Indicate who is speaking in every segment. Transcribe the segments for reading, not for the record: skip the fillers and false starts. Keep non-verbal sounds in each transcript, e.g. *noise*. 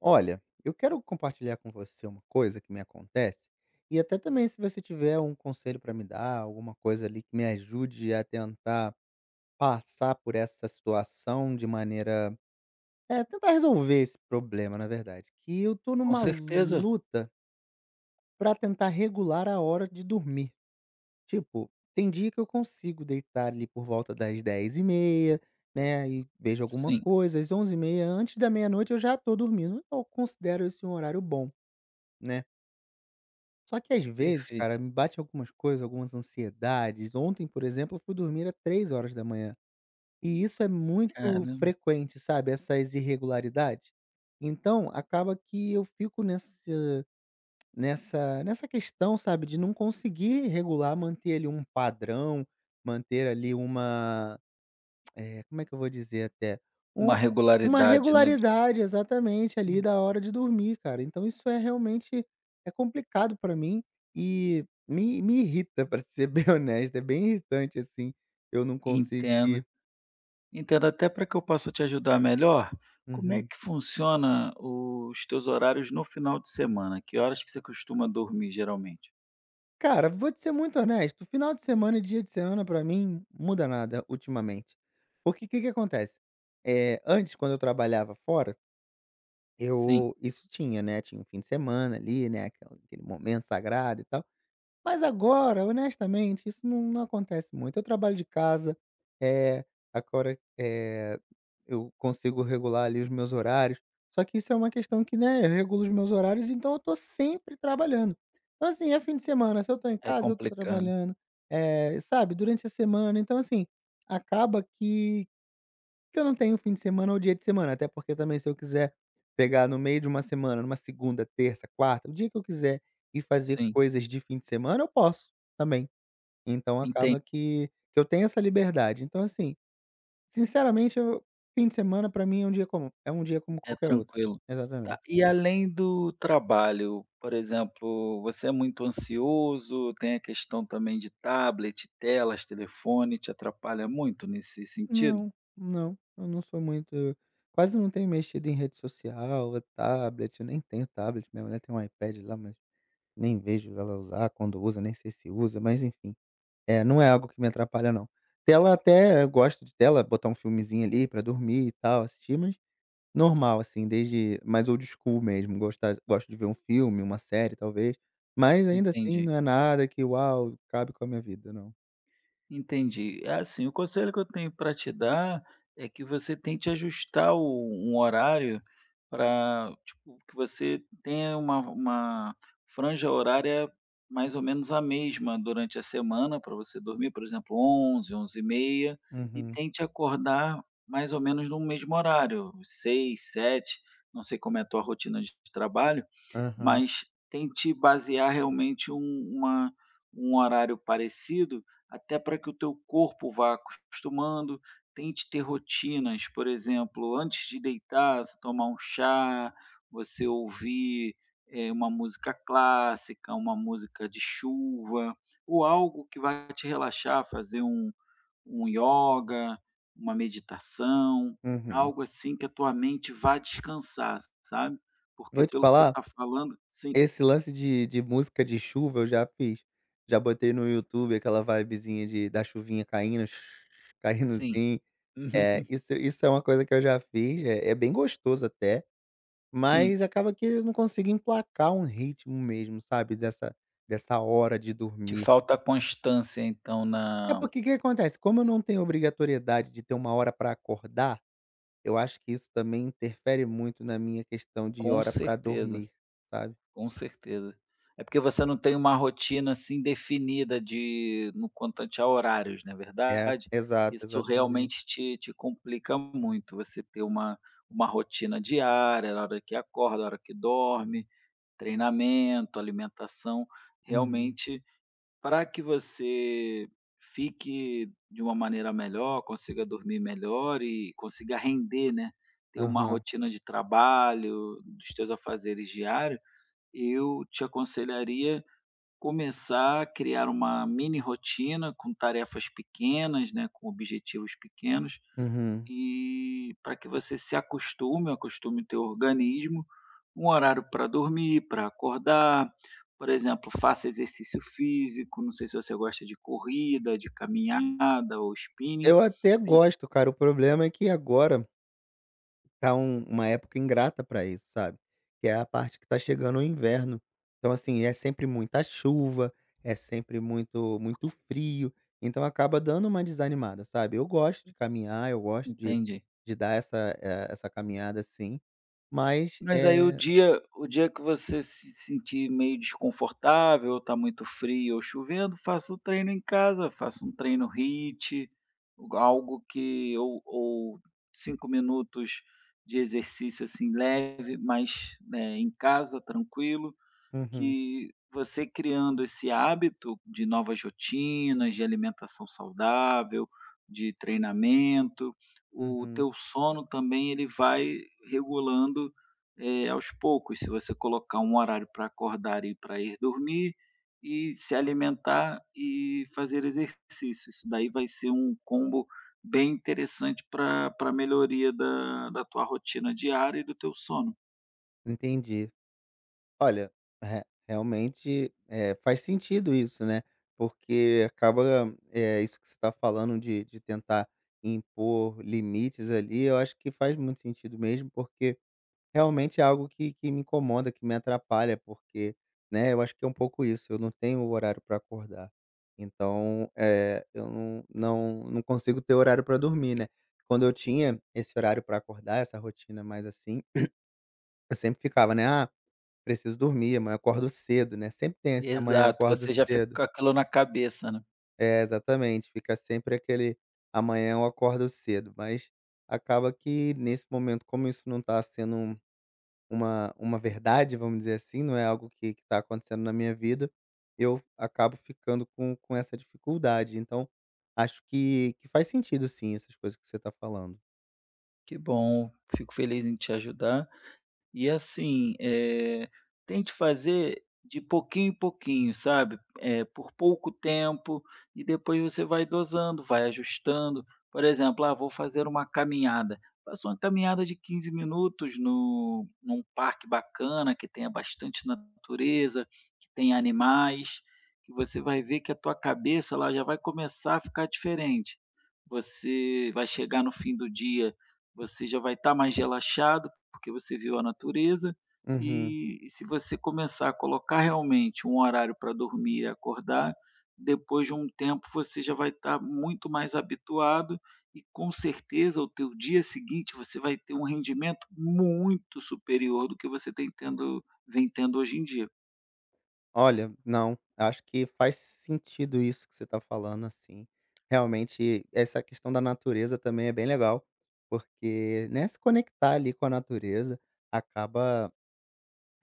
Speaker 1: Olha, eu quero compartilhar com você uma coisa que me acontece, e até também se você tiver um conselho para me dar, alguma coisa ali que me ajude a tentar passar por essa situação de maneira, tentar resolver esse problema, na verdade, que eu tô
Speaker 2: Com
Speaker 1: numa
Speaker 2: certeza,
Speaker 1: luta para tentar regular a hora de dormir. Tipo, tem dia que eu consigo deitar ali por volta das 10h30, né, e vejo alguma
Speaker 2: sim,
Speaker 1: coisa, às 11h30 antes da meia-noite eu já tô dormindo. Eu considero esse um horário bom, né. Só que às vezes,
Speaker 2: perfeito.
Speaker 1: cara, me bate algumas coisas, algumas ansiedades. Ontem, por exemplo, eu fui dormir às 3 horas da manhã. E isso é muito
Speaker 2: Caramba,
Speaker 1: frequente, sabe, essas irregularidades. Então, acaba que eu fico nessa questão, sabe, de não conseguir regular, manter ali um padrão, manter ali uma, como é que eu vou dizer até?
Speaker 2: uma
Speaker 1: Um uma
Speaker 2: regularidade, né, de
Speaker 1: regularidade, exatamente, ali da hora de dormir, cara. Então isso é realmente. É complicado pra mim e me irrita, *laughs* pra ser bem honesto, é bem irritante, assim, eu não
Speaker 2: entendo,
Speaker 1: conseguir.
Speaker 2: entendo até para que eu possa te ajudar melhor. Como é
Speaker 1: Uhum.
Speaker 2: que funciona os teus horários no final de semana? Que horas que você costuma dormir geralmente?
Speaker 1: Cara, vou te ser muito honesto, final de semana e dia de semana pra mim muda nada ultimamente. Porque o que que acontece? Antes quando eu trabalhava fora,
Speaker 2: Sim,
Speaker 1: eu isso tinha, né, tinha um fim de semana ali, né, aquela aquele momento sagrado e tal. Mas agora, honestamente, isso não acontece muito. Eu trabalho de casa, é agora, eu consigo regular ali os meus horários, só que isso é uma questão que, né, eu regulo os meus horários, então eu tô sempre trabalhando. Então, assim, é fim de semana, se eu tô em
Speaker 2: é
Speaker 1: casa, eu tô
Speaker 2: complicado.
Speaker 1: trabalhando, sabe, durante a semana. Então, assim, acaba que eu não tenho fim de semana ou dia de semana, até porque também se eu quiser pegar no meio de uma semana, numa segunda, terça, quarta, o dia que eu quiser e fazer
Speaker 2: Sim,
Speaker 1: coisas de fim de semana, eu posso também. Então
Speaker 2: entendi,
Speaker 1: acaba que eu tenho essa liberdade. Então assim, sinceramente eu fim de semana pra mim é um dia comum, é um dia como
Speaker 2: é
Speaker 1: qualquer outro.
Speaker 2: tranquilo. Tá,
Speaker 1: Exatamente.
Speaker 2: e além do trabalho, por exemplo, você é muito ansioso, tem a questão também de tablet, telas, telefone, te atrapalha muito nesse sentido?
Speaker 1: Não, não, eu não sou muito, quase não tenho mexido em rede social, tablet, eu nem tenho tablet, minha mulher tem um iPad lá, mas nem vejo ela usar, quando usa nem sei se usa, mas enfim. É, não é algo que me atrapalha não. Tela até eu gosto de tela, botar um filmezinho ali pra dormir e tal, assistir, mas normal assim, desde mais old school mesmo, gostar gosto de ver um filme, uma série talvez, mas ainda assim
Speaker 2: Entendi,
Speaker 1: não é nada que uau, cabe com a minha vida não.
Speaker 2: entendi. É assim, o conselho que eu tenho para te dar é que você tente ajustar o um horário para, tipo, que você tenha uma franja horária mais ou menos a mesma durante a semana para você dormir, por exemplo, 23h, h e meia, e
Speaker 1: Uhum,
Speaker 2: tente acordar mais ou menos no mesmo horário, seis, sete, não sei como é a tua rotina de trabalho.
Speaker 1: aham,
Speaker 2: Mas tente basear realmente uma um horário parecido, até para que o teu corpo vá acostumando. Tente ter rotinas, por exemplo, antes de deitar, você tomar um chá, você ouvir, uma música clássica, uma música de chuva, ou algo que vai te relaxar, fazer um yoga, uma meditação,
Speaker 1: uhum.
Speaker 2: algo assim que a tua mente vá descansar, sabe, porque
Speaker 1: Vou te
Speaker 2: pelo que você
Speaker 1: falar,
Speaker 2: está falando, sim,
Speaker 1: esse lance de música de chuva eu já fiz, já botei no YouTube aquela vibezinha de da chuvinha caindo, *laughs* *tsk* caindo
Speaker 2: sim,
Speaker 1: assim,
Speaker 2: *laughs* uhum,
Speaker 1: isso é uma coisa que eu já fiz, é bem gostoso até.
Speaker 2: sim.
Speaker 1: Mas acaba que eu não consigo emplacar um ritmo mesmo, sabe, dessa hora de
Speaker 2: Te
Speaker 1: dormir.
Speaker 2: falta a constância então
Speaker 1: É
Speaker 2: na
Speaker 1: porque o que acontece, como eu não tenho obrigatoriedade de ter uma hora para acordar, eu acho que isso também interfere muito na minha questão de
Speaker 2: com
Speaker 1: hora para
Speaker 2: certeza.
Speaker 1: dormir, sabe.
Speaker 2: Com certeza. É porque você não tem uma rotina, assim, definida de no contante a horários, não é
Speaker 1: É.
Speaker 2: verdade?
Speaker 1: Exato,
Speaker 2: Isso
Speaker 1: exatamente.
Speaker 2: realmente te te complica muito, você ter uma rotina diária, a hora que acorda, a hora que dorme, treinamento, alimentação,
Speaker 1: Uhum.
Speaker 2: realmente para que você fique de uma maneira melhor, consiga dormir melhor e consiga render, né, ter uma
Speaker 1: Aham.
Speaker 2: rotina de trabalho, dos teus afazeres diários. Eu te aconselharia começar a criar uma mini rotina com tarefas pequenas, né, com objetivos pequenos,
Speaker 1: Uhum.
Speaker 2: e para que você se acostume, acostume o teu organismo, um horário para dormir, para acordar. Por exemplo, faça exercício físico, não sei se você gosta de corrida, de caminhada ou spinning,
Speaker 1: Eu até
Speaker 2: en-
Speaker 1: gosto, cara, o problema é que agora tá uma época ingrata pra isso, sabe, que é a parte que tá chegando o inverno. Então, assim, é sempre muita chuva, é sempre muito muito frio, então acaba dando uma desanimada, sabe. Eu gosto de caminhar, eu gosto de
Speaker 2: entende?
Speaker 1: de dar essa caminhada, assim, mas
Speaker 2: Mas aí o
Speaker 1: é.
Speaker 2: dia o dia que você se sentir meio desconfortável, ou tá muito frio ou chovendo, faça o treino em casa, faça um treino HIIT, algo que ou 5 minutos de exercício, assim, leve, mas, né, em casa, tranquilo.
Speaker 1: Uhum,
Speaker 2: Que você criando esse hábito de novas rotinas, de alimentação saudável, de treinamento, o
Speaker 1: uhum.
Speaker 2: teu sono também ele vai regulando, aos poucos. Se você colocar um horário para acordar e para ir dormir, e se alimentar e fazer exercício. Isso daí vai ser um combo bem interessante para para melhoria da da tua rotina diária e do teu sono.
Speaker 1: Entendi. Olha, re realmente, faz sentido isso, né, porque acaba, é isso que você está falando de tentar impor limites ali, eu acho que faz muito sentido mesmo, porque realmente é algo que me incomoda, que me atrapalha, porque, né, eu acho que é um pouco isso, eu não tenho horário para acordar. Então, eu não consigo ter horário para dormir, né. Quando eu tinha esse horário para acordar, essa rotina mais assim, eu sempre ficava, né: "Ah", preciso dormir, amanhã eu acordo cedo, né, sempre tem esse amanhã eu
Speaker 2: Exato,
Speaker 1: acordo
Speaker 2: você já fica
Speaker 1: cedo.
Speaker 2: com aquilo na cabeça, né.
Speaker 1: É, exatamente, fica sempre aquele amanhã eu acordo cedo, mas acaba que nesse momento, como isso não está sendo uma verdade, vamos dizer assim, não é algo que está acontecendo na minha vida, eu acabo ficando com essa dificuldade. Então, acho que faz sentido sim essas coisas que você está falando.
Speaker 2: Que bom, fico feliz em te ajudar. E assim, tente fazer de pouquinho em pouquinho, sabe? Por pouco tempo, e depois você vai dosando, vai ajustando. Por exemplo, ah, vou fazer uma caminhada. Faça uma caminhada de 15 minutos no, num parque bacana, que tenha bastante natureza, que tenha animais, que você vai ver que a tua cabeça lá já vai começar a ficar diferente. Você vai chegar no fim do dia, você já vai estar mais relaxado porque você viu a natureza.
Speaker 1: Uhum.
Speaker 2: E se você começar a colocar realmente um horário para dormir e acordar, depois de um tempo você já vai estar muito mais habituado e com certeza o teu dia seguinte você vai ter um rendimento muito superior do que você tem tendo vem tendo hoje em dia.
Speaker 1: Olha, não, acho que faz sentido isso que você está falando, assim. Realmente, essa questão da natureza também é bem legal, porque, né, se conectar ali com a natureza acaba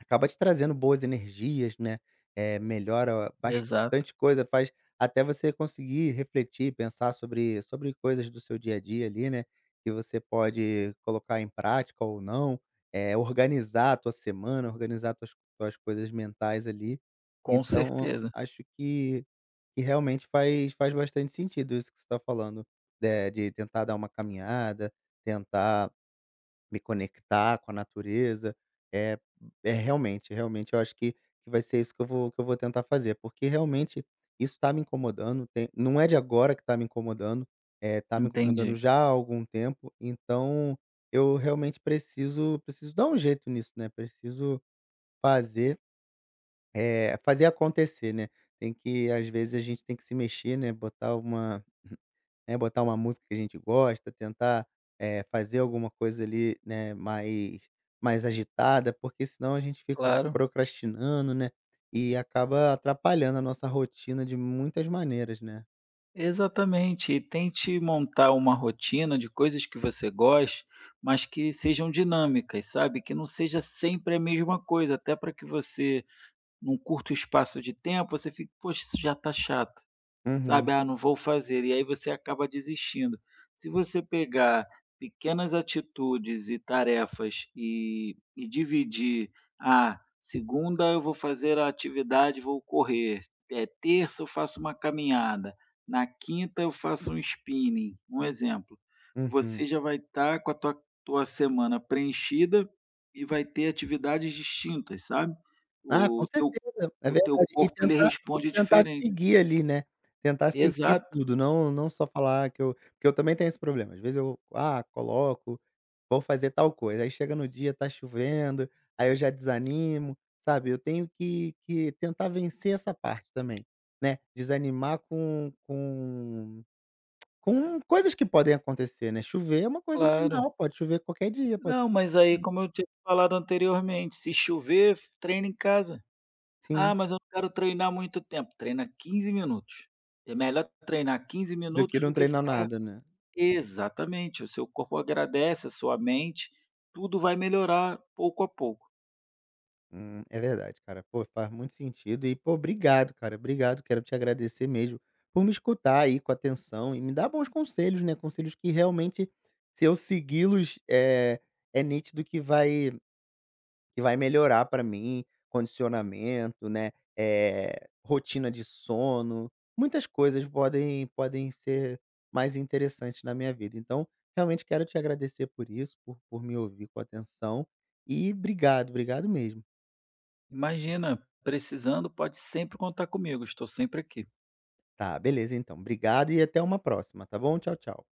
Speaker 1: acaba te trazendo boas energias, né, melhora
Speaker 2: Exato,
Speaker 1: bastante coisa, faz até você conseguir refletir, pensar sobre coisas do seu dia a dia ali, né, que você pode colocar em prática ou não, organizar a tua semana, organizar tuas coisas mentais ali.
Speaker 2: com
Speaker 1: Então,
Speaker 2: certeza.
Speaker 1: acho que realmente faz bastante sentido isso que você tá falando, né, de tentar dar uma caminhada, tentar me conectar com a natureza. É é realmente, realmente eu acho que vai ser isso que eu vou tentar fazer, porque realmente isso está me incomodando, tem não é de agora que está me incomodando
Speaker 2: Entendi,
Speaker 1: já há algum tempo, então eu realmente preciso dar um jeito nisso, né, preciso fazer, fazer acontecer, né. Tem que Às vezes a gente tem que se mexer, né, botar uma música que a gente gosta, tentar, fazer alguma coisa ali, né, mais agitada, porque senão a gente fica
Speaker 2: claro.
Speaker 1: procrastinando, né, e acaba atrapalhando a nossa rotina de muitas maneiras, né.
Speaker 2: Exatamente, e tente montar uma rotina de coisas que você goste, mas que sejam dinâmicas, sabe? Que não seja sempre a mesma coisa, até para que você, num curto espaço de tempo, você fique, poxa, isso já está chato.
Speaker 1: Uhum,
Speaker 2: Sabe, "Ah, não vou fazer", e aí você acaba desistindo. Se você pegar pequenas atitudes e tarefas e dividir, "Ah, segunda eu vou fazer a atividade, vou correr, é terça eu faço uma caminhada, na quinta eu faço um spinning", um exemplo,
Speaker 1: uhum.
Speaker 2: você já vai estar com a tua semana preenchida e vai ter atividades distintas, sabe.
Speaker 1: Ah, com
Speaker 2: O teu
Speaker 1: certeza, é
Speaker 2: o teu
Speaker 1: verdade. E
Speaker 2: corpo ele
Speaker 1: tentar e
Speaker 2: responde
Speaker 1: tentar
Speaker 2: diferente.
Speaker 1: seguir ali, né, tentar seguir
Speaker 2: Exato.
Speaker 1: tudo, não só falar que eu porque eu também tenho esse problema, às vezes eu, ah, coloco, vou fazer tal coisa, aí chega no dia, tá chovendo, aí eu já desanimo, sabe, eu tenho que tentar vencer essa parte também, né, desanimar com coisas que podem acontecer, né, chover é uma coisa
Speaker 2: Claro.
Speaker 1: normal, pode chover qualquer dia, pode.
Speaker 2: Não, mas aí como eu tinha te falado anteriormente, se chover, f treina em casa. "Ah,
Speaker 1: Sim,
Speaker 2: mas eu não quero treinar muito tempo", treina 15 minutos. É melhor treinar 15
Speaker 1: do que
Speaker 2: minutos do
Speaker 1: não
Speaker 2: que fi
Speaker 1: treinar nada, né.
Speaker 2: exatamente, o seu corpo agradece, a sua mente, tudo vai melhorar pouco a pouco.
Speaker 1: É verdade, cara. Pô, faz muito sentido e, pô, obrigado, cara. Obrigado, quero te agradecer mesmo por me escutar aí com atenção e me dar bons conselhos, né? Conselhos que realmente, se eu segui-los, é nítido que vai, melhorar pra mim, condicionamento, né? É, rotina de sono, muitas coisas podem ser mais interessantes na minha vida. Então, realmente quero te agradecer por isso, por me ouvir com atenção e obrigado, obrigado mesmo.
Speaker 2: Imagina, precisando pode sempre contar comigo, estou sempre aqui.
Speaker 1: Tá, beleza então. Obrigado e até uma próxima, tá bom? Tchau, tchau.